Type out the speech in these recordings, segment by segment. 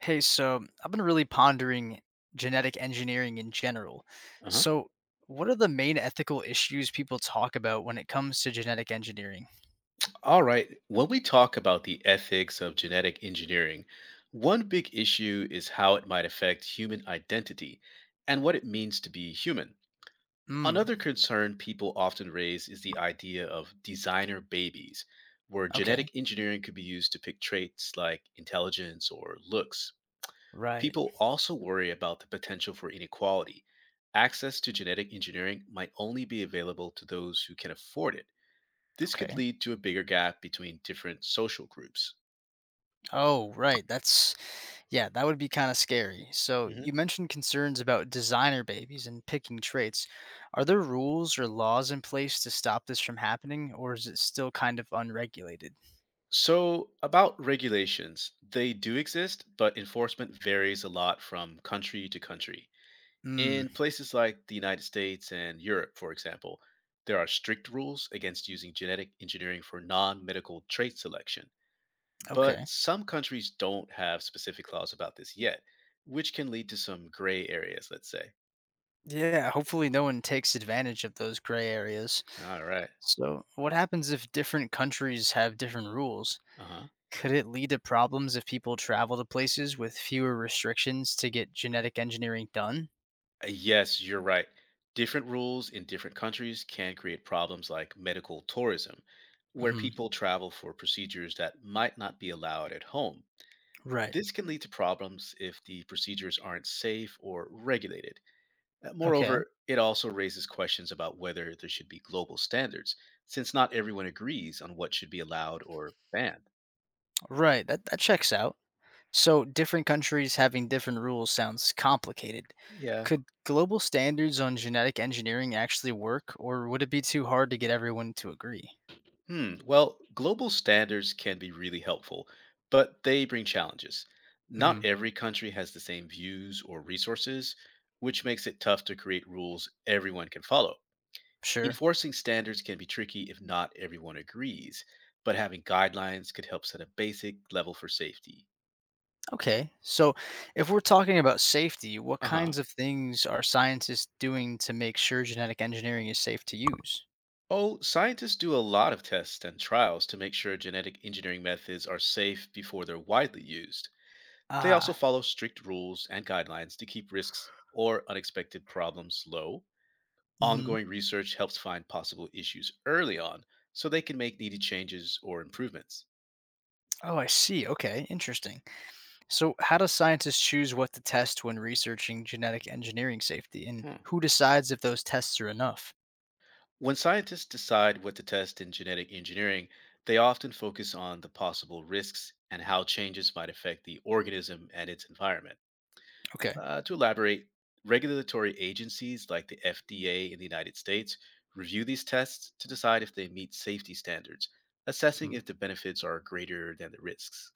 Hey, so I've been really pondering genetic engineering in general. Uh-huh. So, what are the main ethical issues people talk about when it comes to genetic engineering? All right. When we talk about the ethics of genetic engineering, one big issue is how it might affect human identity and what it means to be human. Hmm. Another concern people often raise is the idea of designer babies, where Okay. genetic engineering could be used to pick traits like intelligence or looks. Right. People also worry about the potential for inequality. Access to genetic engineering might only be available to those who can afford it. This could Okay. lead to a bigger gap between different social groups. Oh, right. Yeah, that would be kind of scary. So, Hmm. you mentioned concerns about designer babies and picking traits. Are there rules or laws in place to stop this from happening, or is it still kind of unregulated? So, about regulations, they do exist, but enforcement varies a lot from country to country. Hmm. In places like the United States and Europe, for example, there are strict rules against using genetic engineering for non medical trait selection. But Okay. some countries don't have specific laws about this yet, which can lead to some gray areas, let's say. Yeah, hopefully no one takes advantage of those gray areas. All right. So, what happens if different countries have different rules? Uh-huh. Could it lead to problems if people travel to places with fewer restrictions to get genetic engineering done? Yes, you're right. Different rules in different countries can create problems like medical tourism, where Hmm. people travel for procedures that might not be allowed at home. Right. This can lead to problems if the procedures aren't safe or regulated. Okay. Moreover, it also raises questions about whether there should be global standards, since not everyone agrees on what should be allowed or banned. Right. That checks out. So, different countries having different rules sounds complicated. Yeah. Could global standards on genetic engineering actually work, or would it be too hard to get everyone to agree? Hmm. Well, global standards can be really helpful, but they bring challenges. Hmm. Not every country has the same views or resources, which makes it tough to create rules everyone can follow. Sure. Enforcing standards can be tricky if not everyone agrees, but having guidelines could help set a basic level for safety. Okay. So if we're talking about safety, what Uh huh. kinds of things are scientists doing to make sure genetic engineering is safe to use? Oh, scientists do a lot of tests and trials to make sure genetic engineering methods are safe before they're widely used. They also Ah. follow strict rules and guidelines to keep risks or unexpected problems low. Hmm. Ongoing research helps find possible issues early on so they can make needed changes or improvements. Oh, I see. Okay. Interesting. So how do scientists choose what to test when researching genetic engineering safety and Hmm. who decides if those tests are enough? When scientists decide what to test in genetic engineering, they often focus on the possible risks and how changes might affect the organism and its environment. Okay. To elaborate, regulatory agencies like the FDA in the United States review these tests to decide if they meet safety standards, assessing Mm-hmm. if the benefits are greater than the risks.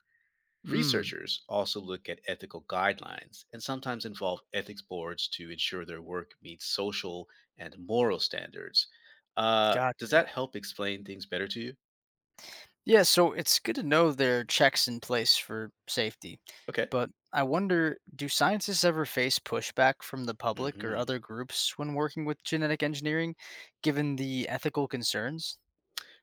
Mm, Researchers also look at ethical guidelines and sometimes involve ethics boards to ensure their work meets social and moral standards. Does gotcha. that help explain things better to you? Yeah, so it's good to know there are checks in place for safety. Okay. But I wonder, do scientists ever face pushback from the public or Hmm. other groups when working with genetic engineering, given the ethical concerns?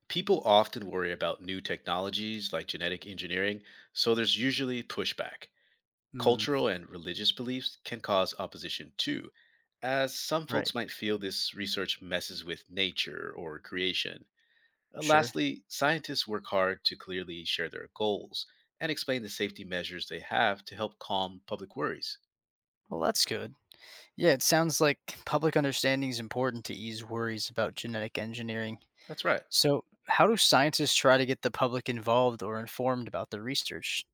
People often worry about new technologies like genetic engineering, so there's usually pushback. Hmm. Cultural and religious beliefs can cause opposition too, as some Right. folks might feel this research messes with nature or creation. Sure. Lastly, scientists work hard to clearly share their goals and explain the safety measures they have to help calm public worries. Well, that's good. Yeah, it sounds like public understanding is important to ease worries about genetic engineering. That's right. So, how do scientists try to get the public involved or informed about their research?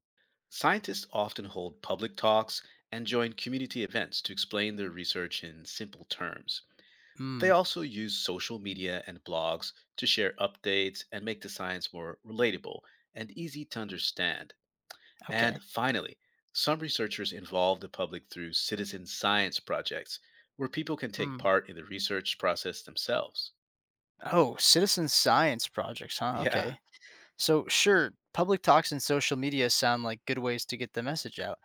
Scientists often hold public talks and join community events to explain their research in simple terms. They Hmm. also use social media and blogs to share updates and make the science more relatable and easy to understand. And Okay. finally, some researchers involve the public through citizen science projects where people can take Hmm. part in the research process themselves. Oh, citizen science projects, huh? Yeah, Okay. So, sure, public talks and social media sound like good ways to get the message out,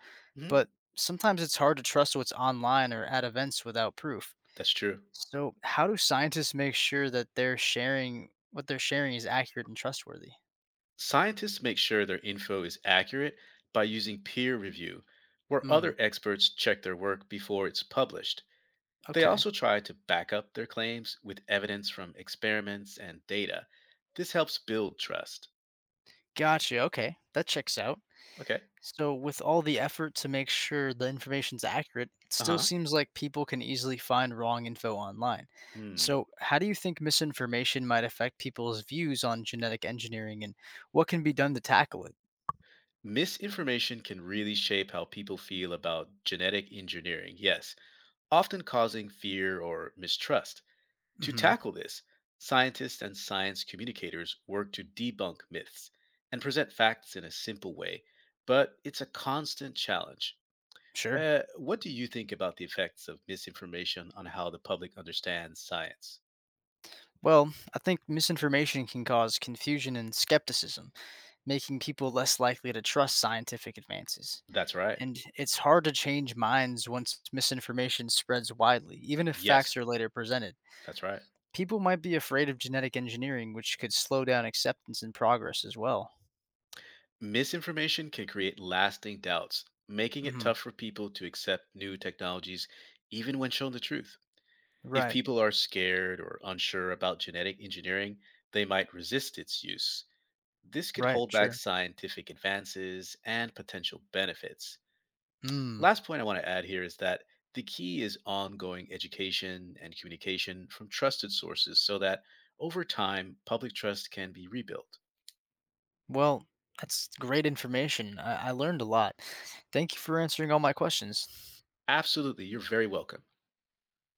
but mhm, sometimes it's hard to trust what's online or at events without proof. that's true. So, how do scientists make sure that they're sharing what they're sharing is accurate and trustworthy? Scientists make sure their info is accurate by using peer review, where Hmm, other experts check their work before it's published. They okay. also try to back up their claims with evidence from experiments and data. This helps build trust. Gotcha. Okay. That checks out. Okay. So, with all the effort to make sure the information's accurate, it Uh still huh. seems like people can easily find wrong info online. Hmm. So, how do you think misinformation might affect people's views on genetic engineering and what can be done to tackle it? Misinformation can really shape how people feel about genetic engineering, yes, often causing fear or mistrust. To Hmm. tackle this, scientists and science communicators work to debunk myths and present facts in a simple way, but it's a constant challenge. Sure. What do you think about the effects of misinformation on how the public understands science? Well, I think misinformation can cause confusion and skepticism, making people less likely to trust scientific advances. That's right. And it's hard to change minds once misinformation spreads widely, even if facts Yes, are later presented. that's right. People might be afraid of genetic engineering, which could slow down acceptance and progress as well. Misinformation can create lasting doubts, making it Hmm. tough for people to accept new technologies, even when shown the truth. If Right. people are scared or unsure about genetic engineering, they might resist its use. This could Right. hold back Sure. scientific advances and potential benefits. Mm. Last point I want to add here is that the key is ongoing education and communication from trusted sources so that over time, public trust can be rebuilt. Well, that's great information. I learned a lot. Thank you for answering all my questions. Absolutely. You're very welcome.